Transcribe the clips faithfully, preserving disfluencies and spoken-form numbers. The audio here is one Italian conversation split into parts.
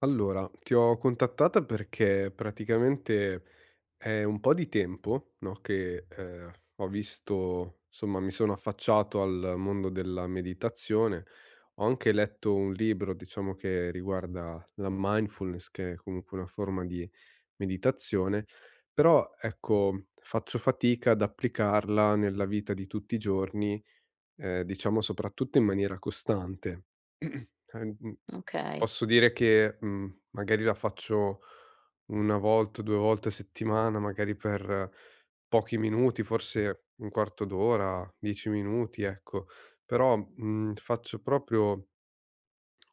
Allora, ti ho contattata perché praticamente è un po' di tempo, no, che eh, ho visto, insomma, mi sono affacciato al mondo della meditazione. Ho anche letto un libro, diciamo, che riguarda la mindfulness, che è comunque una forma di meditazione, però ecco, faccio fatica ad applicarla nella vita di tutti i giorni, eh, diciamo, soprattutto in maniera costante. Ehm, Okay, Posso dire che, mhmm, magari la faccio una volta, due volte a settimana, magari per pochi minuti, forse un quarto d'ora, dieci minuti, ecco. Però, mhmm, faccio proprio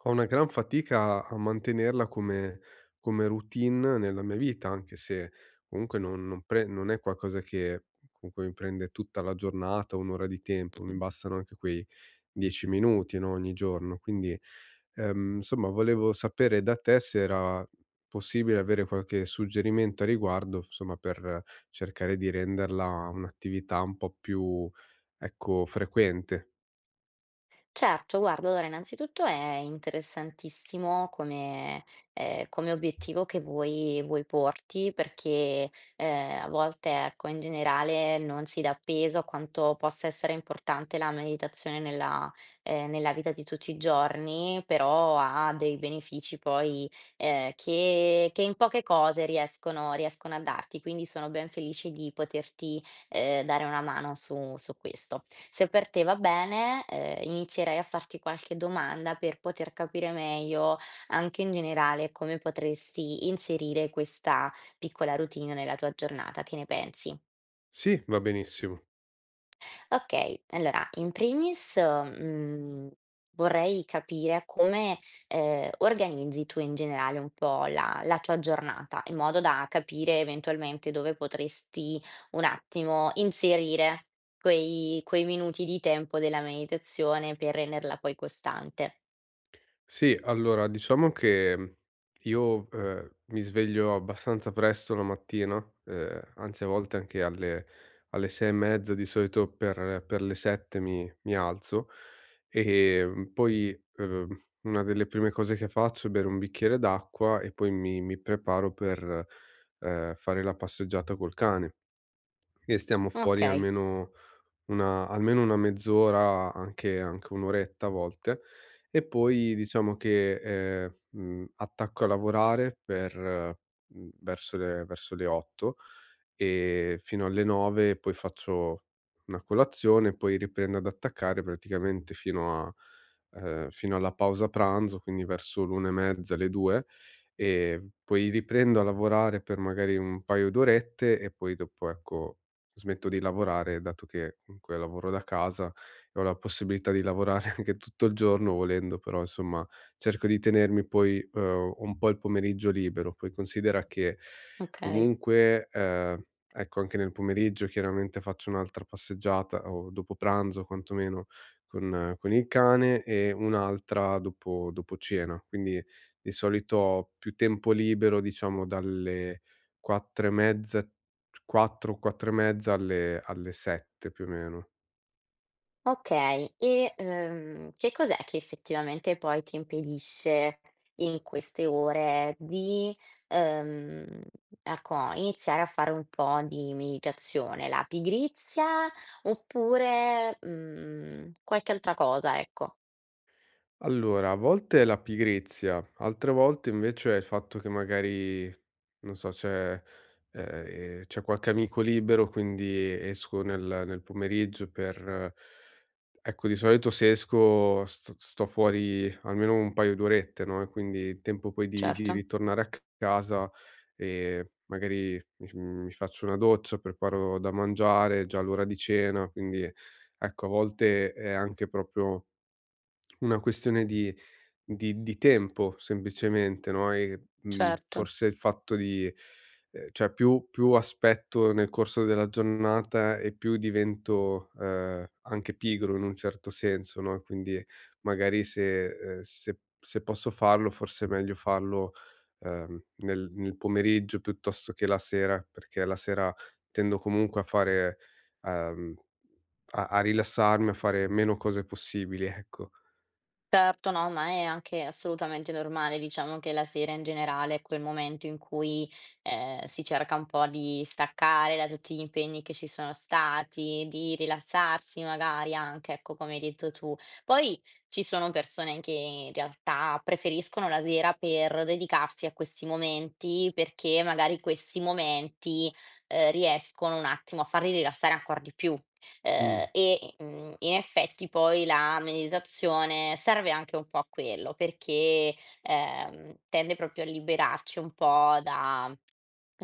ho una gran fatica a mantenerla come come routine nella mia vita, anche se comunque non non pre non è qualcosa che comunque mi prende tutta la giornata, un'ora ora di tempo, mi mh-mh. bastano anche quei dieci minuti, no, ogni giorno. Quindi Ehm, insomma, volevo sapere da te se era possibile avere qualche suggerimento a riguardo, insomma, per cercare di renderla un'attività un po' più, ecco, frequente. Certo, guarda, allora innanzitutto è interessantissimo come ehm, come obiettivo che vuoi vuoi porti perché, ehm, a volte, ecco, in generale non si dà peso a quanto possa essere importante la meditazione nella ehm, nella vita di tutti i giorni, però ha dei benefici poi, ehm, che che in poche cose riescono riescono a darti, quindi sono ben felice di poterti, ehm, dare una mano su su questo. Se per te va bene, ehm, inizierei a farti qualche domanda per poter capire meglio, anche in generale, come potresti inserire questa piccola routine nella tua giornata. Che ne pensi? Sì, va benissimo. Okay, allora in primis, mhmm, vorrei capire come, ehm, organizzi tu in generale un po' la la tua giornata, in modo da capire eventualmente dove potresti un attimo inserire quei quei minuti di tempo della meditazione per renderla poi costante. Sì, allora diciamo che io, ehm, mi sveglio abbastanza presto la mattina, ehm, anzi a volte anche alle alle sei e mezza, di solito per per le sette mi mi alzo, ehm, poi, uhm, una delle prime cose che faccio è bere un bicchiere d'acqua e poi mi mi preparo per, ehm, fare la passeggiata col cane e stiamo fuori Okay, almeno una almeno una mezz'ora, anche anche un'oretta oretta a volte, e poi diciamo che, ehm, mhmm, attacco a lavorare per mhmm, verso le verso le otto e fino alle nove, poi faccio una colazione, poi riprendo ad attaccare praticamente fino a ehm, fino alla pausa pranzo, quindi verso l'una e mezza, le due, e poi riprendo a lavorare per magari un paio d'orette e poi dopo, ecco smetto di lavorare, dato che comunque lavoro da casa e ho la possibilità di lavorare anche tutto il giorno volendo, però insomma cerco di tenermi poi eh, un po' il pomeriggio libero. Poi considera che okay. comunque, eh, ecco, anche nel pomeriggio chiaramente faccio un'altra passeggiata o dopo pranzo quantomeno con, eh, con il cane e un'altra dopo, dopo cena. Quindi di solito ho più tempo libero, diciamo, dalle quattro e mezza, quattro, quattro e mezza alle alle sette più o meno. Okay, e, ehm, che cos'è che effettivamente poi ti impedisce in queste ore di, ehm, ecco, iniziare a fare un po' di meditazione? La pigrizia oppure, mhmm, qualche altra cosa, ecco. Allora, a volte è la pigrizia, altre volte invece è il fatto che magari, non so, c'è ehm, c'è qualche amico libero, quindi esco nel nel pomeriggio per ecco, di solito se esco st sto fuori almeno un paio d'orette, no, e quindi il tempo poi di di Certo, ritornare a c- casa, ehm, magari mi f mi faccio una doccia, preparo da mangiare, già l'ora di cena, quindi ecco a volte è anche proprio una questione di di di tempo semplicemente, no, e, mhmm, certo. forse il fatto di ehm, cioè più più aspetto nel corso della giornata e più divento, ehm, anche pigro in un certo senso, no, quindi magari se ehm, se se posso farlo forse è meglio farlo, ehm, nel nel pomeriggio piuttosto che la sera, perché la sera tendo comunque a fare ehm, a a rilassarmi, a fare meno cose possibili, ecco. Certo, no, ma è anche assolutamente normale. Diciamo che la sera in generale è quel momento in cui eh, si cerca un po' di staccare da tutti gli impegni che ci sono stati, di rilassarsi magari anche, ecco, come hai detto tu. Poi ci sono persone che in realtà preferiscono la sera per dedicarsi a questi momenti, perché magari questi momenti eh, riescono un attimo a farli rilassare ancora di più. Mh. Ehm, e, mhmm, in effetti poi la meditazione serve anche un po' a quello, perché, ehm, tende proprio a liberarci un po' da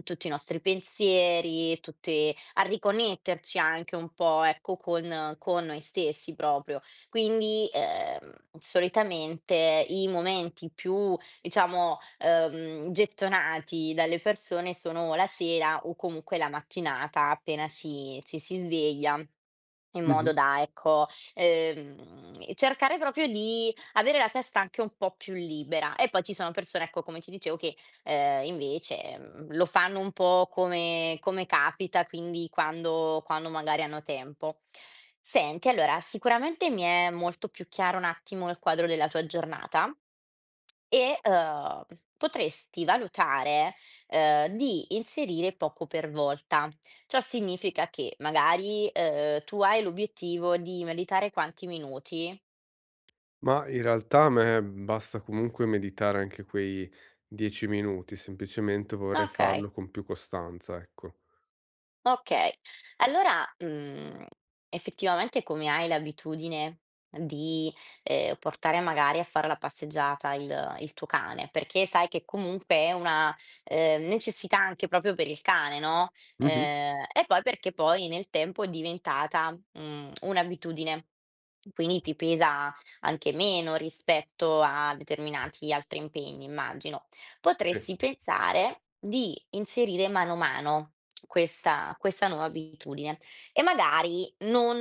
tutti i nostri pensieri, tutte a riconnetterci anche un po', ecco, con con noi stessi proprio. Quindi, ehm, solitamente i momenti più diciamo, ehm, gettonati dalle persone sono la sera o comunque la mattinata appena ci ci si sveglia, in Mh-mh. modo da, ecco, ehm, cercare proprio di avere la testa anche un po' più libera. E poi ci sono persone, ecco, come ti dicevo, che, ehm, invece, mhmm, lo fanno un po' come come capita, quindi quando quando magari hanno tempo. Senti, allora sicuramente mi è molto più chiaro un attimo il quadro della tua giornata e, uhm, potresti valutare, uhm, di inserire poco per volta. Ciò significa che magari, uhm, tu hai l'obiettivo di meditare quanti minuti? Ma in realtà a me basta comunque meditare anche quei dieci minuti, semplicemente vorrei farlo Okay. con più costanza, ecco. Okay. Allora, mhmm, effettivamente come hai l'abitudine di, ehm, portare magari a fare la passeggiata il il tuo cane? Perché sai che comunque è una, ehm, necessità anche proprio per il cane, no, Mh-mh, ehm, e poi perché poi nel tempo è diventata, mhmm, un'abitudine. Quindi ti pesa anche meno rispetto a determinati altri impegni, immagino sì, potresti pensare di inserire mano a mano questa questa nuova abitudine e magari non,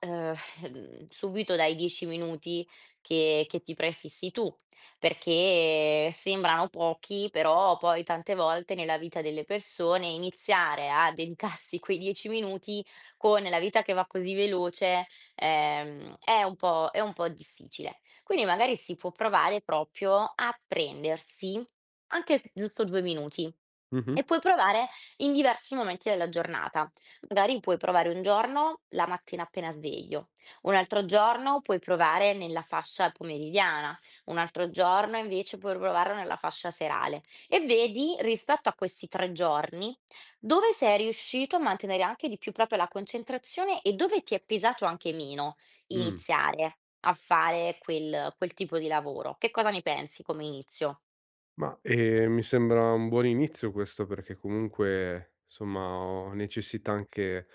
ehm, mhmm, subito dai dieci minuti che che ti prefissi tu, perché sembrano pochi, però poi tante volte nella vita delle persone iniziare a dedicarsi quei dieci minuti con la vita che va così veloce, ehm, è un po' è un po' difficile. Quindi magari si può provare proprio a prendersi anche s giusto due minuti. mh-mh, E puoi provare in diversi momenti della giornata. Magari puoi provare un giorno la mattina appena sveglio, un altro giorno puoi provare nella fascia pomeridiana, un altro giorno invece puoi provare nella fascia serale e vedi rispetto a questi tre giorni dove sei riuscito a mantenere anche di più proprio la concentrazione e dove ti è pesato anche meno mh. iniziare a fare quel quel tipo di lavoro. Che cosa ne pensi come inizio? Ma, ehm, mi sembra un buon inizio questo perché comunque, somma, ho necessità anche,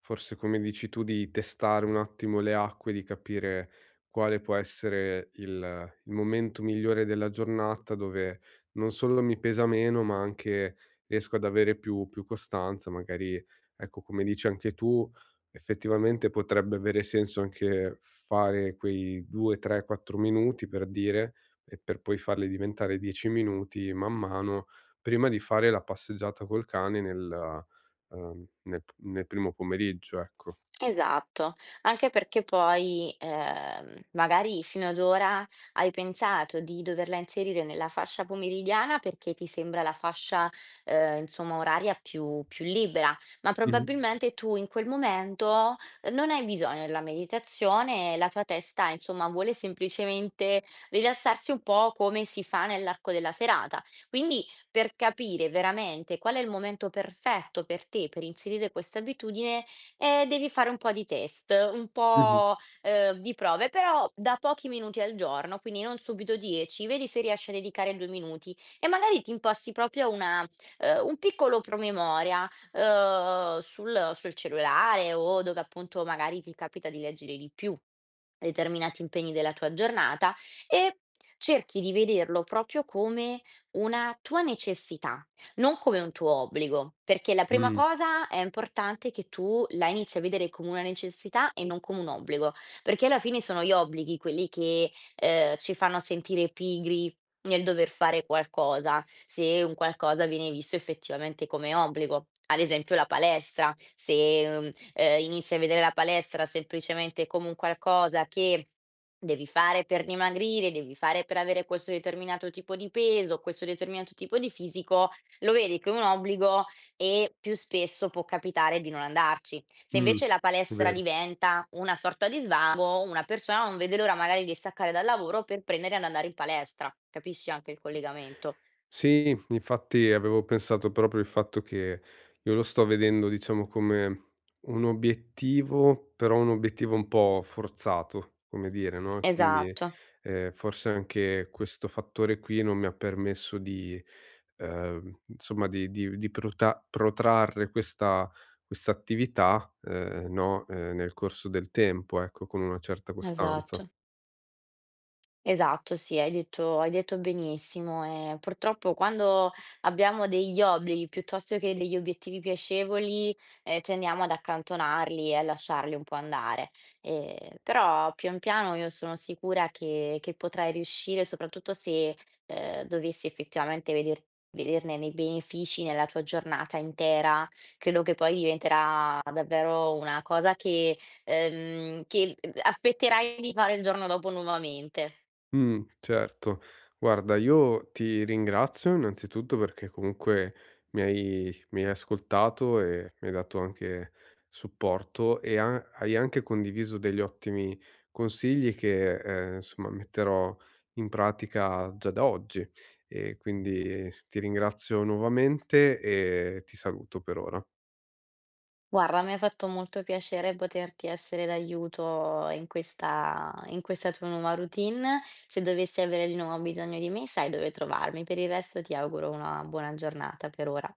forse come dici tu, di testare un attimo le acque, di capire quale può essere il il momento migliore della giornata dove non solo mi pesa meno, ma anche riesco ad avere più più costanza. Magari, ecco, come dici anche tu, effettivamente potrebbe avere senso anche fare quei due, tre, quattro minuti per dire e per poi farli diventare dieci minuti man mano prima di fare la passeggiata col cane nel uhm, nel p nel primo pomeriggio, ecco. Esatto, anche perché poi, ehm, magari fino ad ora hai pensato di doverla inserire nella fascia pomeridiana perché ti sembra la fascia, ehm, insomma oraria più più libera, ma Mh-mh. probabilmente tu in quel momento ehm, non hai bisogno della meditazione, la tua testa insomma vuole semplicemente rilassarsi un po' come si fa nell'arco della serata. Quindi per capire veramente qual è il momento perfetto per te per inserire questa abitudine. Ehm, devi fare un po' di test, un Mh-mh. po', ehm, di prove, però da pochi minuti al giorno, quindi non subito dieci, vedi se riesci a dedicare due minuti e magari ti imposti proprio una ehm, un piccolo promemoria, ehm, sul sul cellulare o dove appunto magari ti capita di leggere di più determinati impegni della tua giornata e cerchi di vederlo proprio come una tua necessità. Non come un tuo obbligo, perché la prima Mh, cosa è importante che tu la inizi a vedere come una necessità e non come un obbligo, perché alla fine sono gli obblighi quelli che, ehm, ci fanno sentire pigri nel dover fare qualcosa, se un qualcosa viene visto effettivamente come obbligo. Ad esempio la palestra, se, mhmm, ehm, inizi a vedere la palestra semplicemente come un qualcosa che devi fare per dimagrire, devi fare per avere questo determinato tipo di peso, questo determinato tipo di fisico, lo vedi che è un obbligo e più spesso può capitare di non andarci. Se invece la mh, palestra vero. diventa una sorta di svago, una persona non vede l'ora magari di staccare dal lavoro per prendere ad andare in palestra. Capisci anche il collegamento? Sì, infatti avevo pensato proprio il fatto che io lo sto vedendo, diciamo, come un obiettivo, però un obiettivo un po' forzato, come dire, no, quindi, Esatto, ehm, forse anche questo fattore qui non mi ha permesso di ehm, insomma di di di prota protrarre questa questa attività, ehm, no, ehm, nel corso del tempo, ecco, con una certa costanza. esatto. Esatto, sì, hai detto hai detto benissimo. Ehm, purtroppo quando abbiamo degli obblighi piuttosto che degli obiettivi piacevoli, ehm, tendiamo ad accantonarli e a lasciarli un po' andare. Ehm, però pian piano io sono sicura che che potrai riuscire, soprattutto se, ehm, dovessi effettivamente veder vederne nei benefici nella tua giornata intera, credo che poi diventerà davvero una cosa che ehm, che, uhm, aspetterai di fare il giorno dopo nuovamente. Mh, certo. Guarda, io ti ringrazio innanzitutto perché comunque mi hai mi hai ascoltato e mi hai dato anche supporto e ha hai anche condiviso degli ottimi consigli che, ehm, insomma metterò in pratica già da oggi. E quindi ti ringrazio nuovamente e ti saluto per ora. Guarda, mi ha fatto molto piacere poterti essere d'aiuto in questa in questa tua nuova routine. Se dovessi avere di nuovo bisogno di me, sai dove trovarmi. Per il resto ti auguro una buona giornata per ora.